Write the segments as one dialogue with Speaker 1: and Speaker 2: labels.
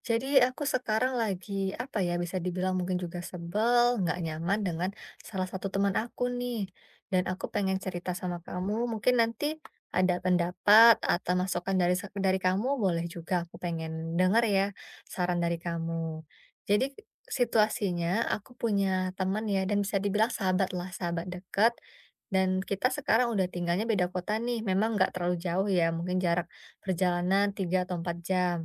Speaker 1: Jadi aku sekarang lagi, apa ya, bisa dibilang mungkin juga sebel, nggak nyaman dengan salah satu teman aku nih. Dan aku pengen cerita sama kamu, mungkin nanti ada pendapat atau masukan dari dari kamu boleh juga. Aku pengen dengar ya saran dari kamu. Jadi situasinya aku punya teman ya dan bisa dibilang sahabat lah, sahabat dekat. Dan kita sekarang udah tinggalnya beda kota nih, memang nggak terlalu jauh ya, mungkin jarak perjalanan 3 atau 4 jam.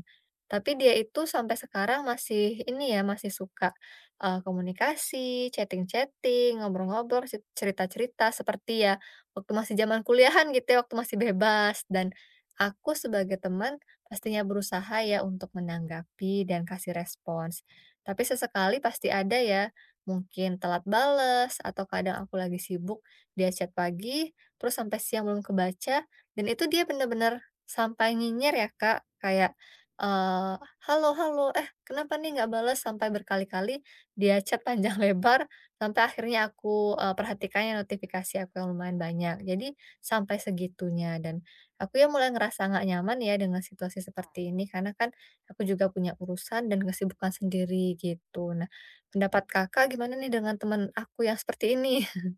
Speaker 1: Tapi dia itu sampai sekarang masih ini ya, masih suka, komunikasi, chatting-chatting, ngobrol-ngobrol, cerita-cerita seperti ya waktu masih zaman kuliahan gitu ya, waktu masih bebas. Dan aku sebagai teman pastinya berusaha ya untuk menanggapi dan kasih respons. Tapi sesekali pasti ada ya, mungkin telat bales atau kadang aku lagi sibuk, dia chat pagi, terus sampai siang belum kebaca, dan itu dia bener-bener sampai nyinyir ya Kak, kayak Eee, "Halo halo, eh kenapa nih nggak balas?" Sampai berkali-kali dia chat panjang lebar, sampai akhirnya aku, perhatikan ya notifikasi aku yang lumayan banyak. Jadi sampai segitunya dan aku ya mulai ngerasa nggak nyaman ya dengan situasi seperti ini, karena kan aku juga punya urusan dan kesibukan sendiri gitu. Nah, pendapat Kakak gimana nih dengan teman aku yang seperti ini?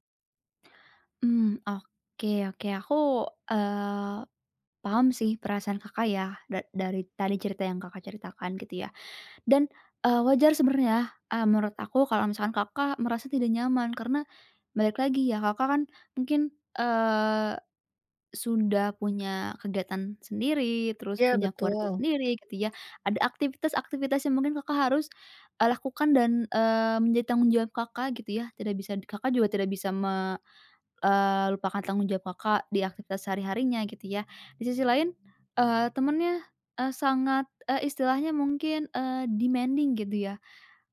Speaker 2: Oke oke. Aku, eee, paham sih perasaan Kakak ya, dari tadi cerita yang Kakak ceritakan gitu ya. Dan, wajar sebenarnya, menurut aku kalau misalkan Kakak merasa tidak nyaman karena balik lagi ya, Kakak kan mungkin, eee, sudah punya kegiatan sendiri, terus
Speaker 1: Ya
Speaker 2: punya keluarga
Speaker 1: betul.
Speaker 2: sendiri gitu ya. Ada aktivitas-aktivitas yang mungkin Kakak harus, lakukan dan, menjadi tanggung jawab Kakak gitu ya. Tidak bisa Kakak juga tidak bisa lupakan tanggung jawab Kakak di aktivitas sehari-harinya gitu ya. Di sisi lain, temennya, sangat, istilahnya mungkin, demanding gitu ya,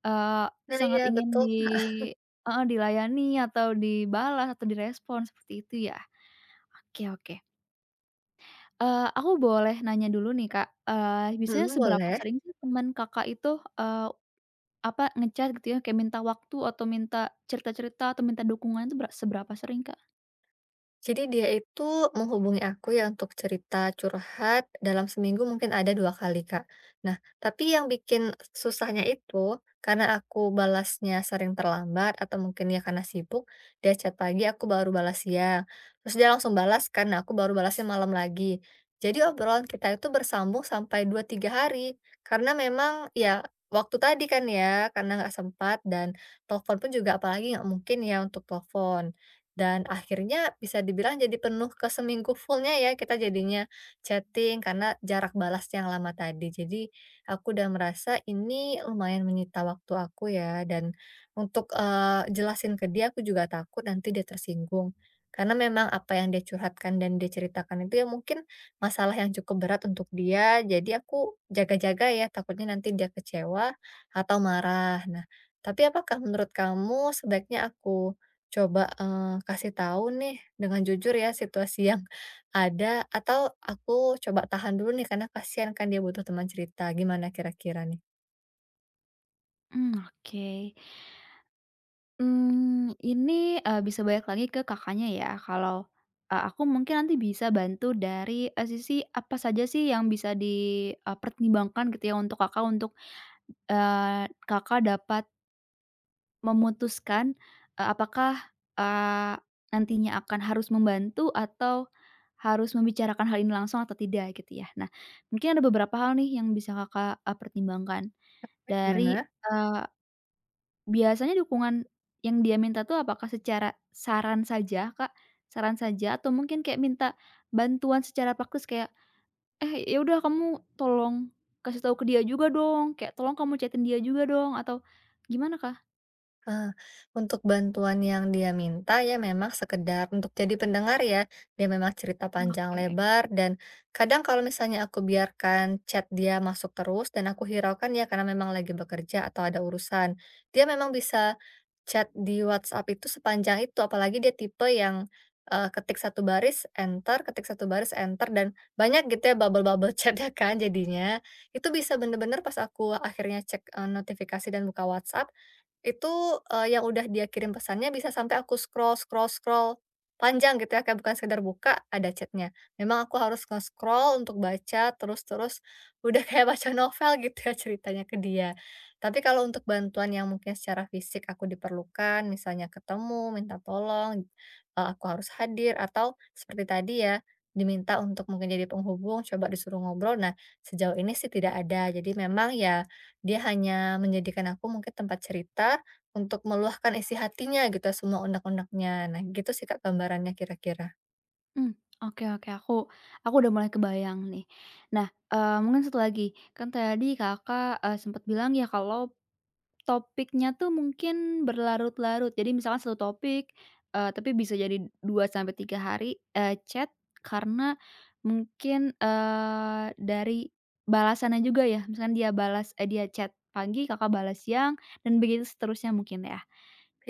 Speaker 1: Nah iya
Speaker 2: sangat ingin
Speaker 1: betul, Kak.
Speaker 2: heeh, dilayani atau dibalas atau direspon seperti itu ya. Oke oke. Aku boleh nanya dulu nih Kak, biasanya
Speaker 1: Mhm,
Speaker 2: seberapa
Speaker 1: boleh.
Speaker 2: sering sih teman Kakak itu, apa, nge-chat gitu ya, kayak minta waktu atau minta cerita-cerita atau minta dukungan itu seberapa sering Kak?
Speaker 1: Jadi dia itu menghubungi aku ya untuk cerita curhat dalam seminggu mungkin ada 2 kali, Kak. Nah, tapi yang bikin susahnya itu karena aku balasnya sering terlambat atau mungkin ya karena sibuk, dia chat pagi aku baru balas siang, terus dia langsung balas karena aku baru balasnya malam lagi. Jadi obrolan kita itu bersambung sampai 2-3 hari karena memang ya waktu tadi kan ya, karena nggak sempat dan telepon pun juga apalagi nggak mungkin ya untuk telepon. Dan akhirnya bisa dibilang jadi penuh ke seminggu full ya kita jadinya chatting karena jarak balas yang lama tadi. Jadi aku udah merasa ini lumayan menyita waktu aku ya dan untuk, jelasin ke dia aku juga takut nanti dia tersinggung. Karena memang apa yang dia curhatkan dan dia ceritakan itu ya mungkin masalah yang cukup berat untuk dia, jadi aku jaga-jaga ya takutnya nanti dia kecewa atau marah. Nah, tapi apakah menurut kamu sebaiknya aku coba, kasih tahu nih dengan jujur ya situasi yang ada, atau aku coba tahan dulu nih karena kasihan kan dia butuh teman cerita, gimana kira-kira nih?
Speaker 2: Oke. Ini, bisa balik lagi ke Kakaknya ya, kalau, aku mungkin nanti bisa bantu dari, sisi apa saja sih yang bisa pertimbangkan gitu ya untuk Kakak untuk, Kakak dapat memutuskan, apakah, eee, nantinya akan harus membantu atau harus membicarakan hal ini langsung atau tidak gitu ya. Nah, mungkin ada beberapa hal nih yang bisa Kakak, pertimbangkan dari,
Speaker 1: Gimana?
Speaker 2: eee Biasanya dukungan yang dia minta tuh apakah secara saran saja, Kak? Saran saja atau mungkin kayak minta bantuan secara praktis kayak, "Eh, ya udah kamu tolong kasih tahu ke dia juga dong," kayak, "Tolong kamu chat dia juga dong," atau gimana, Kak?
Speaker 1: Eee, untuk bantuan yang dia minta ya memang sekedar untuk jadi pendengar ya, dia memang cerita panjang
Speaker 2: Oke.
Speaker 1: lebar dan kadang kalau misalnya aku biarkan chat dia masuk terus dan aku hiraukan ya karena memang lagi bekerja atau ada urusan, dia memang bisa chat di WhatsApp itu sepanjang itu apalagi dia tipe yang, ketik satu baris enter ketik satu baris enter dan banyak gitu ya bubble-bubble chat-nya kan jadinya, itu bisa bener-bener pas aku akhirnya cek, notifikasi dan buka WhatsApp, itu, yang udah dia kirim pesannya bisa sampai aku scroll scroll scroll panjang gitu ya, kayak bukan sekedar buka ada chatnya. Memang aku harus nge-scroll untuk baca terus-terus, udah kayak baca novel gitu ya ceritanya ke dia. Tapi kalau untuk bantuan yang mungkin secara fisik aku diperlukan, misalnya ketemu, minta tolong, aku harus hadir atau seperti tadi ya, diminta untuk mungkin jadi penghubung, coba disuruh ngobrol, nah sejauh ini sih tidak ada. Jadi memang ya dia hanya menjadikan aku mungkin tempat cerita untuk meluahkan isi hatinya gitu, semua unek-uneknya. Nah gitu sih Kak gambarannya kira-kira.
Speaker 2: Mmm, oke oke, aku udah mulai kebayang nih. Nah, mungkin satu lagi, kan tadi Kakak, sempet bilang ya kalau topiknya tuh mungkin berlarut-larut. Jadi misalkan satu topik, tapi bisa jadi 2 sampai 3 hari, chat karena mungkin, dari balasannya juga ya. Misalkan dia chat pagi, Kakak balas siang, dan begitu seterusnya mungkin ya.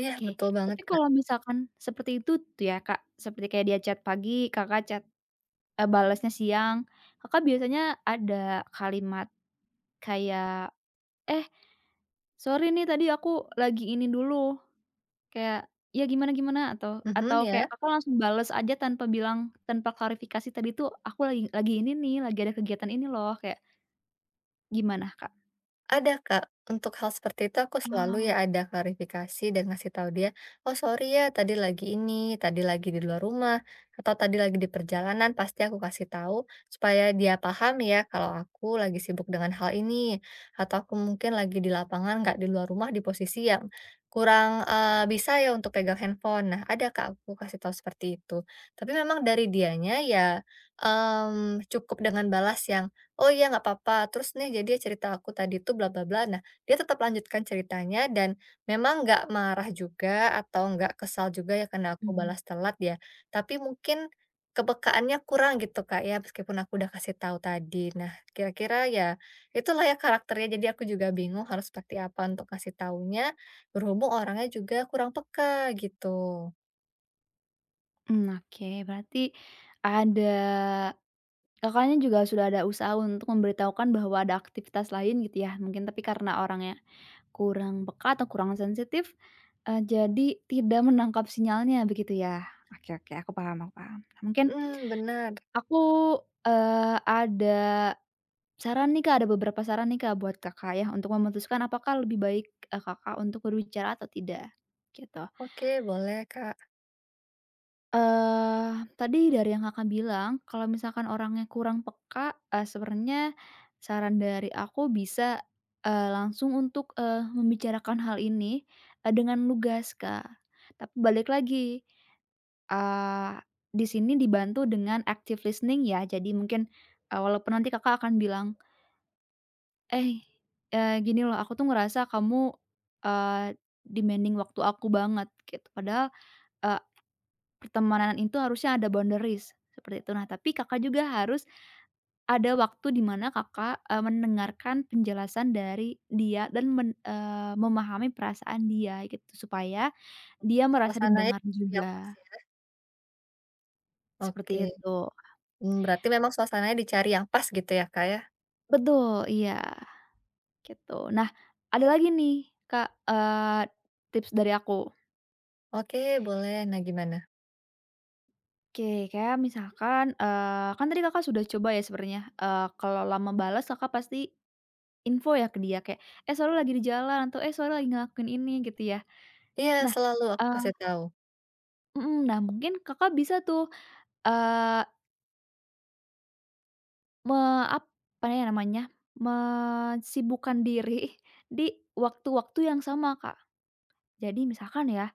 Speaker 1: Iya
Speaker 2: Oke,
Speaker 1: betul banget
Speaker 2: tapi
Speaker 1: Kak.
Speaker 2: kalau misalkan seperti itu tuh ya, Kak, seperti kayak dia chat pagi, Kakak balasnya siang, Kakak biasanya ada kalimat kayak, "Eh, sorry nih tadi aku lagi ini dulu." Kayak, "Ya gimana gimana?" Atau
Speaker 1: Mhm,
Speaker 2: atau kayak
Speaker 1: ya.
Speaker 2: aku langsung bales aja tanpa bilang, tanpa klarifikasi tadi tuh, "Aku lagi ini nih, lagi ada kegiatan ini loh." Kayak gimana, Kak?
Speaker 1: Ada Kak, untuk hal seperti itu aku selalu
Speaker 2: Oh,
Speaker 1: ya ada klarifikasi dan ngasih tahu dia, "Oh sorry ya tadi lagi ini, tadi lagi di luar rumah, atau tadi lagi di perjalanan," pasti aku kasih tahu supaya dia paham ya kalau aku lagi sibuk dengan hal ini, atau aku mungkin lagi di lapangan nggak di luar rumah di posisi yang kurang, bisa ya untuk pegang handphone. Nah ada Kak aku kasih tahu seperti itu. Tapi memang dari dianya ya, cukup dengan balas yang "Oh iya nggak apa-apa, terus nih jadi cerita aku tadi tuh bla bla bla." Nah, dia tetap lanjutkan ceritanya dan memang nggak marah juga atau nggak kesal juga ya karena aku
Speaker 2: mhm.
Speaker 1: balas telat ya. Tapi mungkin kepekaannya kurang gitu Kak ya meskipun aku udah kasih tahu tadi. Nah, kira-kira ya itulah ya karakternya. Jadi aku juga bingung harus seperti apa untuk kasih taunya berhubung orangnya juga kurang peka gitu.
Speaker 2: Oke, berarti ada Kakaknya juga sudah ada usaha untuk memberitahukan bahwa ada aktivitas lain gitu ya mungkin, tapi karena orangnya kurang peka atau kurang sensitif, jadi tidak menangkap sinyalnya begitu ya? Oke oke, aku paham aku paham. Nah, mungkin
Speaker 1: Hmm, benar.
Speaker 2: aku, ada saran nih Kak, ada beberapa saran nih Kak buat Kakak ya untuk memutuskan apakah lebih baik, Kakak untuk berbicara atau tidak, gitu.
Speaker 1: Oke, boleh Kak.
Speaker 2: Eee, Tadi dari yang Kakak bilang kalau misalkan orangnya kurang peka, sebenarnya saran dari aku bisa, langsung untuk, membicarakan hal ini, dengan lugas Kak. Tapi balik lagi, eee, di sini dibantu dengan active listening ya jadi mungkin, walaupun nanti Kakak akan bilang Eh, gini loh, aku tuh ngerasa kamu, eee, demanding waktu aku banget gitu. Padahal, eee, pertemanan itu harusnya ada boundaries seperti itu. Nah, tapi Kakak juga harus ada waktu di mana Kakak, mendengarkan penjelasan dari dia dan memahami perasaan dia gitu, supaya dia merasa
Speaker 1: Suasananya
Speaker 2: didengar
Speaker 1: yang pas
Speaker 2: juga,
Speaker 1: ya.
Speaker 2: seperti
Speaker 1: Oke.
Speaker 2: itu.
Speaker 1: Berarti memang suasananya dicari yang pas gitu ya, Kak, ya?
Speaker 2: Betul, iya, gitu. Nah, ada lagi nih Kak, tips dari aku.
Speaker 1: Oke, boleh. Nah, gimana?
Speaker 2: Oke, kayak misalkan, kan tadi Kakak sudah coba ya sebenarnya, kalau lama balas Kakak pasti info ya ke dia kayak, "Eh, sorry lagi di jalan," atau, "Eh, sorry lagi ngelakuin ini," gitu ya.
Speaker 1: Iya,
Speaker 2: Nah,
Speaker 1: selalu aku kasih
Speaker 2: eee
Speaker 1: tahu.
Speaker 2: mhm, nah, mungkin Kakak bisa tuh, eee, me apa ya namanya, mensibukkan diri di waktu-waktu yang sama, Kak. Jadi misalkan ya,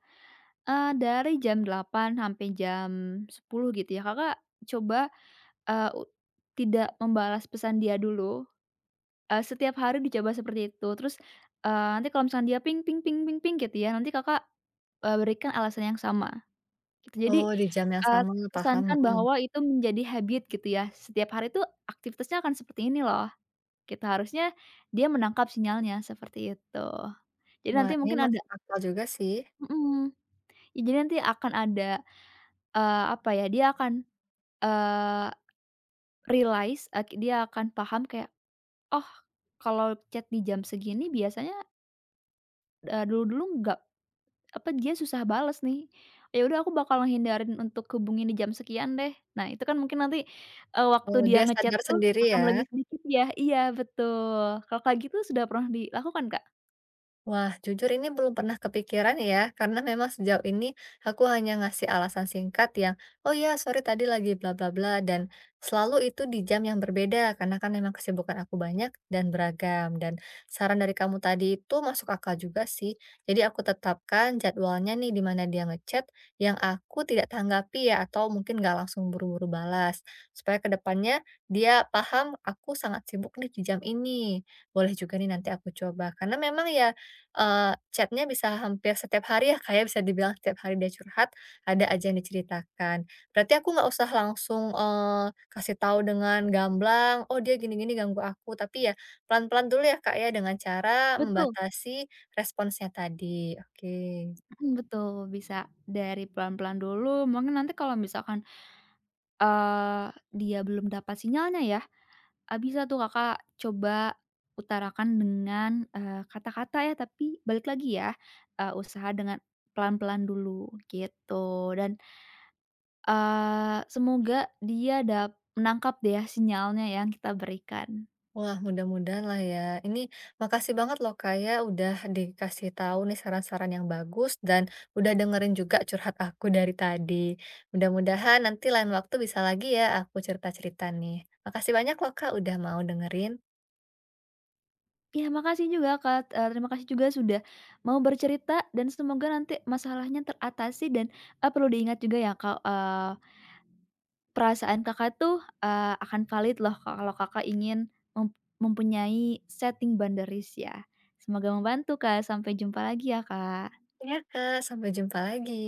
Speaker 2: dari jam 8 sampai jam 10 gitu ya, Kakak coba, eee, u tidak membalas pesan dia dulu. Setiap hari dicoba seperti itu. Terus, nanti kalau misalkan dia ping ping ping ping ping gitu ya, nanti Kakak, berikan alasan yang sama, gitu. Jadi,
Speaker 1: Oh, di jam yang
Speaker 2: eee,
Speaker 1: sama, paham,
Speaker 2: kesankan
Speaker 1: mhm.
Speaker 2: bahwa itu menjadi habit gitu ya, setiap hari itu aktivitasnya akan seperti ini loh, gitu. Harusnya dia menangkap sinyalnya, seperti itu. Jadi
Speaker 1: Wah,
Speaker 2: nanti
Speaker 1: ini
Speaker 2: mungkin ada
Speaker 1: masuk akal juga sih.
Speaker 2: mhm, ya jadi nanti akan ada, apa ya, dia akan, eee, realize, dia akan paham kayak, "Oh, kalau chat di jam segini biasanya, dulu-dulu nggak apa, dia susah bales nih, ya udah aku bakal ngehindarin untuk hubungin di jam sekian deh." Nah, itu kan mungkin nanti, waktu
Speaker 1: Oh,
Speaker 2: dia
Speaker 1: dia
Speaker 2: ngechat
Speaker 1: sadar
Speaker 2: tuh
Speaker 1: sendiri
Speaker 2: akan
Speaker 1: ya?
Speaker 2: lebih sedikit ya iya, betul. Kalau kayak gitu sudah pernah dilakukan, Kak?
Speaker 1: Wah, jujur ini belum pernah kepikiran ya, karena memang sejauh ini aku hanya ngasih alasan singkat yang, oh ya sorry tadi lagi bla bla bla, dan selalu itu di jam yang berbeda, karena kan memang kesibukan aku banyak dan beragam. Dan saran dari kamu tadi itu masuk akal juga sih, jadi aku tetapkan jadwalnya nih di mana dia ngechat, yang aku tidak tanggapi ya, atau mungkin nggak langsung buru-buru balas, supaya kedepannya dia paham aku sangat sibuk nih di jam ini. Boleh juga nih nanti aku coba, karena memang ya chat bisa hampir setiap hari ya, kayak bisa dibilang setiap hari dia curhat, ada aja yang diceritakan. Berarti aku nggak usah langsung, kasih tahu dengan gamblang, "Oh, dia gini-gini ganggu aku," tapi ya pelan-pelan dulu ya, Kak, ya, dengan cara
Speaker 2: Betul,
Speaker 1: membatasi responsnya tadi. Oke.
Speaker 2: mhm, betul, bisa dari pelan-pelan dulu, mungkin nanti kalau misalkan, eee, dia belum dapat sinyalnya ya, bisa tuh Kakak coba utarakan dengan, kata-kata ya, tapi balik lagi ya, usaha dengan pelan-pelan dulu, gitu. Dan semoga dia menangkap deh ya sinyalnya yang kita berikan.
Speaker 1: Wah, mudah-mudahan lah ya. Ini makasih banget loh Kak ya udah dikasih tahu nih saran-saran yang bagus dan udah dengerin juga curhat aku dari tadi. Mudah-mudahan nanti lain waktu bisa lagi ya aku cerita-cerita nih. Makasih banyak loh Kak udah mau dengerin.
Speaker 2: Ya makasih juga Kak, terima kasih juga sudah mau bercerita dan semoga nanti masalahnya teratasi dan, perlu diingat juga ya Kak, perasaan Kakak tuh, akan valid loh kalau Kakak ingin mem mempunyai setting boundaries ya. Semoga membantu Kak, sampai jumpa lagi ya Kak.
Speaker 1: Ya, Kak, sampai jumpa lagi.